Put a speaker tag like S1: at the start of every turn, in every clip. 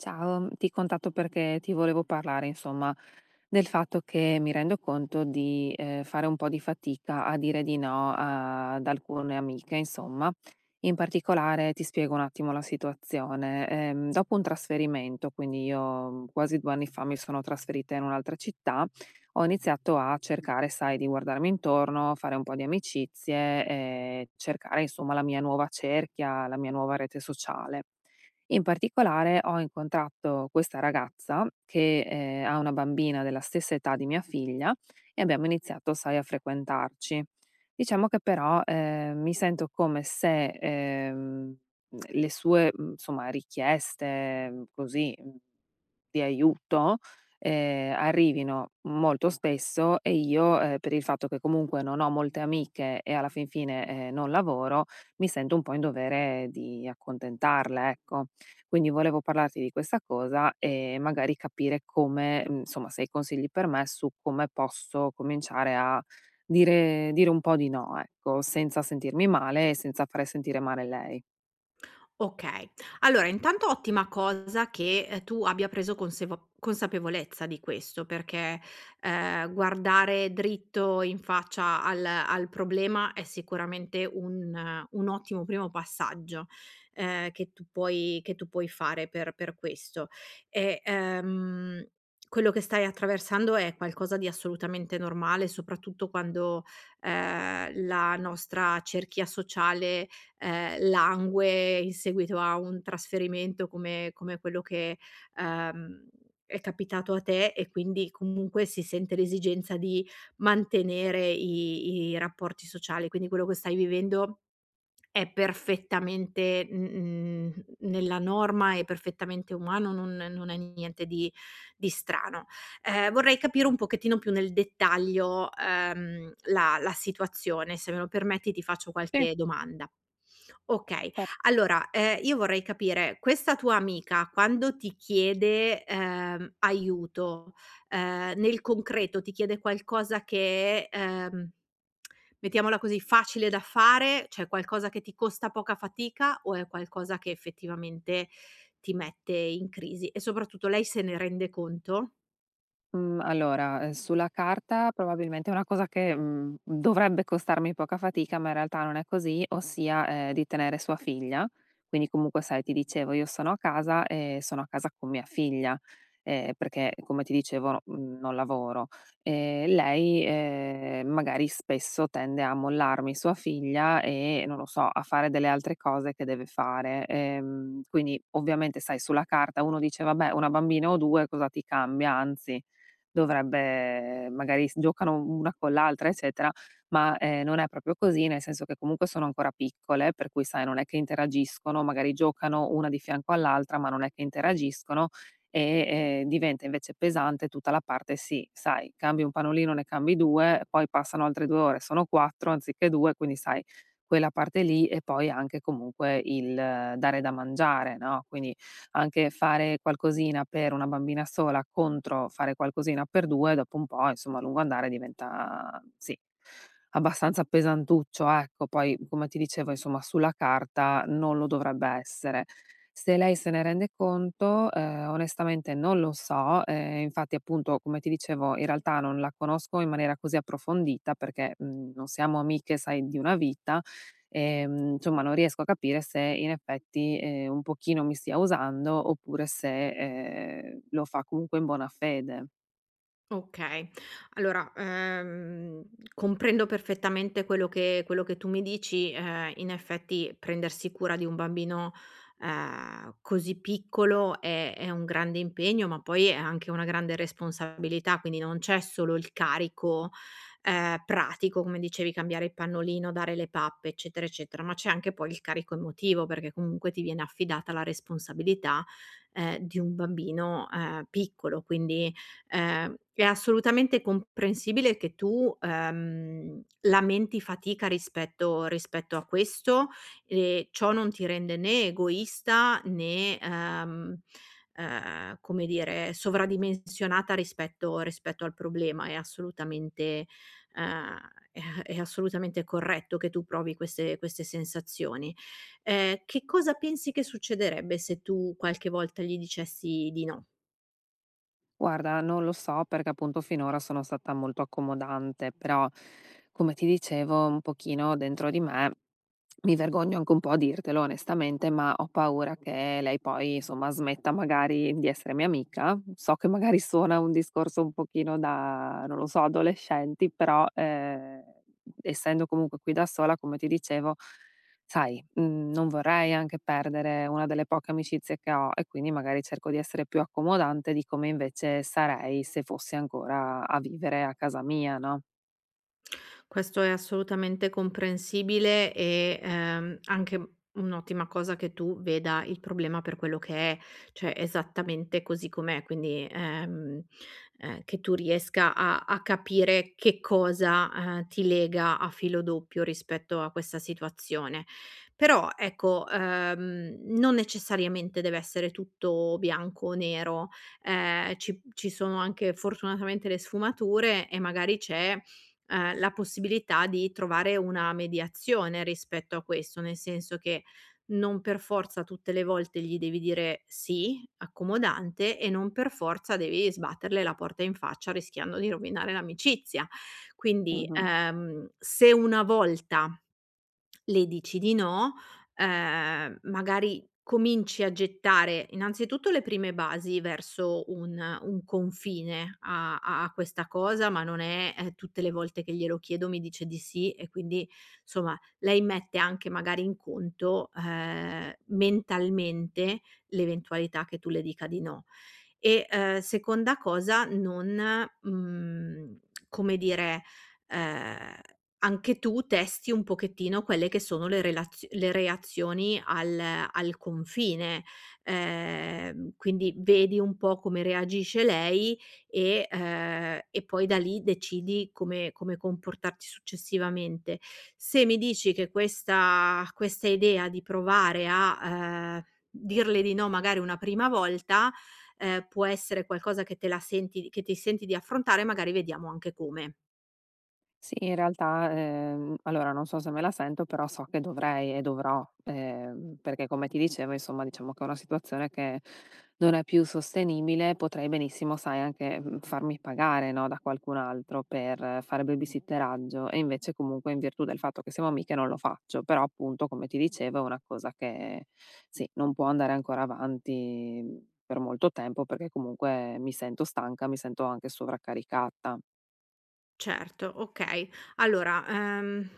S1: Ciao, ti contatto perché ti volevo parlare, insomma, del fatto che mi rendo conto di fare un po' di fatica a dire di no ad alcune amiche, insomma. In particolare ti spiego un attimo la situazione. Dopo un trasferimento, quindi io quasi 2 anni fa mi sono trasferita in un'altra città, ho iniziato a cercare, sai, di guardarmi intorno, fare un po' di amicizie, e cercare, insomma, la mia nuova cerchia, la mia nuova rete sociale. In particolare ho incontrato questa ragazza che ha una bambina della stessa età di mia figlia e abbiamo iniziato, sai, a frequentarci. Diciamo che però, mi sento come se le sue, insomma, richieste, di aiuto, arrivino molto spesso e io, per il fatto che comunque non ho molte amiche e alla fin fine, non lavoro, mi sento un po' in dovere di accontentarle, ecco. Quindi volevo parlarti di questa cosa e magari capire come, insomma, se hai consigli per me su come posso cominciare a dire un po' di no, ecco, senza sentirmi male e senza fare sentire male lei.
S2: Okay. Allora intanto ottima cosa che, tu abbia preso consevo consapevolezza di questo perché, guardare dritto in faccia al problema è sicuramente un ottimo primo passaggio, che tu puoi fare per questo. E, quello che stai attraversando è qualcosa di assolutamente normale, soprattutto quando, la nostra cerchia sociale, langue in seguito a un trasferimento come quello che, ehm, è capitato a te e quindi comunque si sente l'esigenza di mantenere i rapporti sociali. Quindi quello che stai vivendo è perfettamente, nella norma, è perfettamente umano, non è niente di strano. Vorrei capire un pochettino più nel dettaglio, la situazione. Se me lo permetti ti faccio
S1: Sì.
S2: qualche domanda. Okay, allora, io vorrei capire, questa tua amica quando ti chiede, aiuto nel concreto ti chiede qualcosa che è, mettiamola così, facile da fare, cioè qualcosa che ti costa poca fatica o è qualcosa che effettivamente ti mette in crisi? E soprattutto lei se ne rende conto?
S1: Mhmm, allora, sulla carta probabilmente è una cosa che dovrebbe costarmi poca fatica, ma in realtà non è così, ossia, di tenere sua figlia. Quindi comunque sai, ti dicevo io sono a casa e sono a casa con mia figlia, perché come ti dicevo no, non lavoro. Lei magari spesso tende a mollarmi sua figlia e, non lo so, a fare delle altre cose che deve fare. Quindi ovviamente sai, sulla carta uno dice: "Vabbè, 1 bambina o 2 cosa ti cambia?" Anzi dovrebbe magari s giocano una con l'altra, eccetera, ma non è proprio così, nel senso che comunque sono ancora piccole, per cui sai non è che interagiscono, magari giocano una di fianco all'altra, ma non è che interagiscono e diventa invece pesante tutta la parte sì, sai, cambi un panolino, ne cambi 2, poi passano altre 2 ore, sono 4 anziché 2, quindi sai quella parte lì e poi anche comunque il dare da mangiare, no, quindi anche fare qualcosina per una bambina sola contro fare qualcosina per 2, dopo un po', insomma, a lungo andare diventa sì, abbastanza pesantuccio, ecco. Poi, come ti dicevo, insomma, sulla carta non lo dovrebbe essere. Se lei se ne rende conto, onestamente non lo so, infatti appunto, come ti dicevo, in realtà non la conosco in maniera così approfondita perché non siamo amiche, sai, di una vita. Insomma non riesco a capire se in effetti, un pochino mi stia usando oppure se lo fa comunque in buona fede.
S2: Okay. Allora, comprendo perfettamente quello che tu mi dici. In effetti prendersi cura di un bambino, così piccolo è un grande impegno, ma poi è anche una grande responsabilità, quindi non c'è solo il carico, pratico, come dicevi, cambiare il pannolino, dare le pappe, eccetera, eccetera, ma c'è anche poi il carico emotivo, perché comunque ti viene affidata la responsabilità, di un bambino, piccolo. Quindi, è assolutamente comprensibile che tu, lamenti fatica rispetto a questo e ciò non ti rende né egoista né, come dire, sovradimensionata rispetto al problema. È assolutamente ehm, è assolutamente corretto che tu provi queste sensazioni. Che cosa pensi che succederebbe se tu qualche volta gli dicessi di no?
S1: Guarda, non lo so perché appunto finora sono stata molto accomodante, però come ti dicevo un pochino dentro di me mi vergogno anche un po' a dirtelo onestamente, ma ho paura che lei poi insomma smetta magari di essere mia amica. So che magari suona un discorso un pochino da, non lo so, adolescenti, però essendo comunque qui da sola, come ti dicevo, sai, non vorrei anche perdere una delle poche amicizie che ho e quindi magari cerco di essere più accomodante di come invece sarei se fossi ancora a vivere a casa mia, no?
S2: Questo è assolutamente comprensibile e, anche un'ottima cosa che tu veda il problema per quello che è, cioè esattamente così com'è, quindi, che tu riesca a capire che cosa, ti lega a filo doppio rispetto a questa situazione. Però ecco, non necessariamente deve essere tutto bianco o nero, ci sono anche fortunatamente le sfumature e magari c'è la possibilità di trovare una mediazione rispetto a questo, nel senso che non per forza tutte le volte gli devi dire sì, accomodante, e non per forza devi sbatterle la porta in faccia rischiando di rovinare l'amicizia. Quindi,
S1: Mh-mh.
S2: se una volta le dici di no, magari cominci a gettare innanzitutto le prime basi verso un confine a questa cosa, ma non è, tutte le volte che glielo chiedo mi dice di sì e quindi insomma lei mette anche magari in conto, mentalmente l'eventualità che tu le dica di no. E, seconda cosa non, mhmm, come dire, ehm anche tu testi un pochettino quelle che sono le reazioni al confine, quindi vedi un po' come reagisce lei e poi da lì decidi come comportarti successivamente. Se mi dici che questa idea di provare a, dirle di no magari una prima volta, può essere qualcosa che ti senti di affrontare, magari vediamo anche come.
S1: Sì, in realtà, allora non so se me la sento, però so che dovrei e dovrò, perché come ti dicevo, insomma, diciamo che è una situazione che non è più sostenibile. Potrei benissimo, sai, anche, farmi pagare, no, da qualcun altro per fare babysitteraggio e invece comunque in virtù del fatto che siamo amiche non lo faccio. Però appunto, come ti dicevo, è una cosa che sì, non può andare ancora avanti, per molto tempo perché comunque mi sento stanca, mi sento anche sovraccaricata.
S2: Certo, okay. Allora,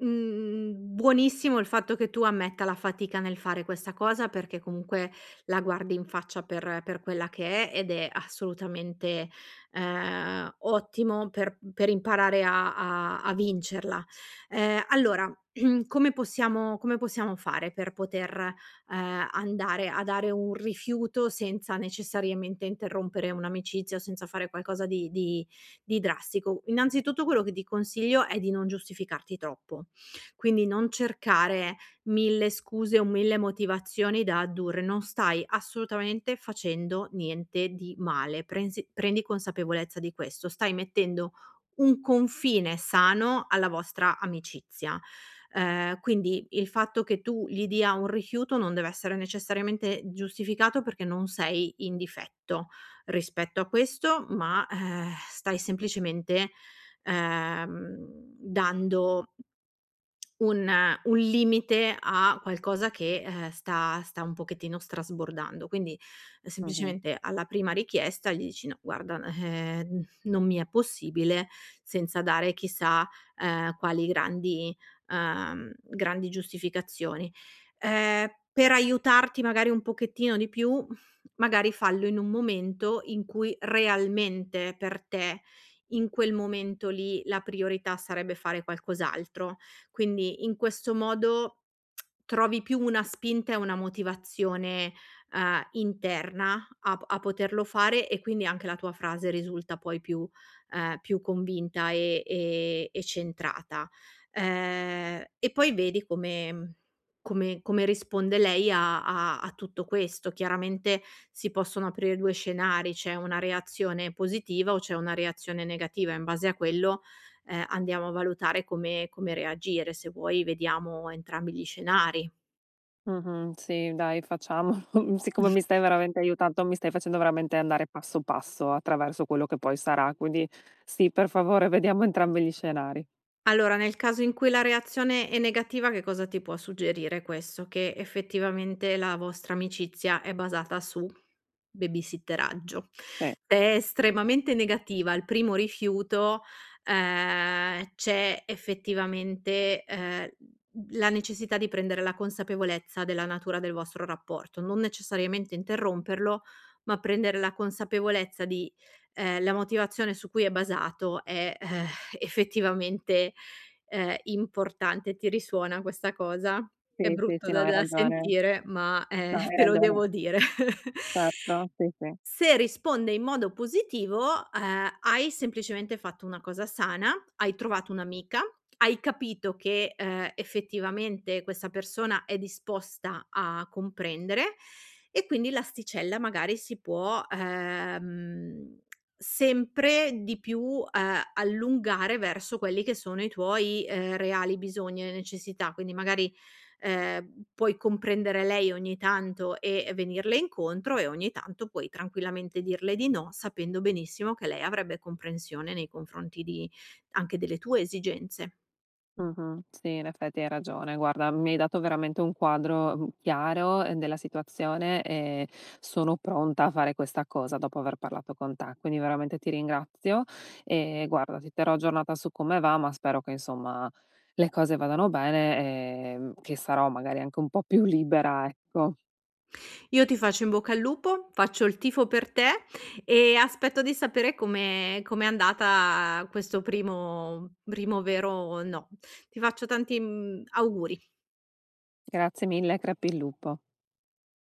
S2: buonissimo il fatto che tu ammetta la fatica nel fare questa cosa, perché comunque la guardi in faccia per quella che è ed è assolutamente, ottimo per imparare a vincerla. Allora, come possiamo fare per poter, andare a dare un rifiuto senza necessariamente interrompere un'amicizia o senza fare qualcosa di drastico. Innanzitutto quello che ti consiglio è di non giustificarti troppo, quindi non cercare 1000 scuse o 1000 motivazioni da addurre, non stai assolutamente facendo niente di male, prensi prendi consapevolezza di questo, stai mettendo un confine sano alla vostra amicizia. Quindi il fatto che tu gli dia un rifiuto non deve essere necessariamente giustificato perché non sei in difetto rispetto a questo, ma, stai semplicemente, ehm, dando un limite a qualcosa che, sta un pochettino strasbordando. Quindi,
S1: Mh-mh.
S2: semplicemente alla prima richiesta gli dici: "No guarda, non mi è possibile", senza dare chissà, quali grandi grandi giustificazioni. Per aiutarti magari un pochettino di più, magari fallo in un momento in cui realmente per te, in quel momento lì, la priorità sarebbe fare qualcos'altro. Quindi in questo modo trovi più una spinta e una motivazione, interna a poterlo fare e quindi anche la tua frase risulta poi più più convinta e centrata. E poi vedi come risponde lei a tutto questo. Chiaramente si possono aprire 2 scenari: c'è una reazione positiva o c'è una reazione negativa. In base a quello andiamo a valutare come reagire. Se vuoi vediamo entrambi gli scenari.
S1: Mh-mh. Sì, dai, facciamolo. Siccome mi stai veramente aiutando, mi stai facendo veramente andare passo passo attraverso quello che poi sarà. Quindi sì, per favore, vediamo entrambi gli scenari.
S2: Allora, nel caso in cui la reazione è negativa, che cosa ti può suggerire questo? Che effettivamente la vostra amicizia è basata su babysitteraggio.
S1: Sì,
S2: Se è estremamente negativa al primo rifiuto, c'è effettivamente, la necessità di prendere la consapevolezza della natura del vostro rapporto, non necessariamente interromperlo, ma prendere la consapevolezza di, la motivazione su cui è basato è, effettivamente importante. Ti risuona questa cosa? È
S1: sì, sì,
S2: brutto
S1: sì, no,
S2: da
S1: hai
S2: da
S1: ragione.
S2: sentire, ma,
S1: No, hai
S2: te lo
S1: ragione.
S2: devo dire.
S1: Certo, sì, sì.
S2: Se risponde in modo positivo, hai semplicemente fatto una cosa sana, hai trovato un'amica, hai capito che, effettivamente questa persona è disposta a comprendere e quindi l'asticella magari si può, sempre di più, allungare verso quelli che sono i tuoi, reali bisogni e necessità. Quindi magari puoi comprendere lei ogni tanto e venirle incontro e ogni tanto puoi tranquillamente dirle di no, sapendo benissimo che lei avrebbe comprensione nei confronti di anche delle tue esigenze.
S1: Mh-mh. Sì, in effetti hai ragione. Guarda, mi hai dato veramente un quadro, chiaro, della situazione e sono pronta a fare questa cosa dopo aver parlato con te. Quindi veramente ti ringrazio e guarda, ti terrò aggiornata su come va, ma spero che insomma le cose vadano bene, che sarò magari anche un po' più libera, ecco.
S2: Io ti faccio in bocca al lupo, faccio il tifo per te e aspetto di sapere come com'è andata questo primo vero no. Ti faccio tanti, auguri.
S1: Grazie mille, crepi il lupo.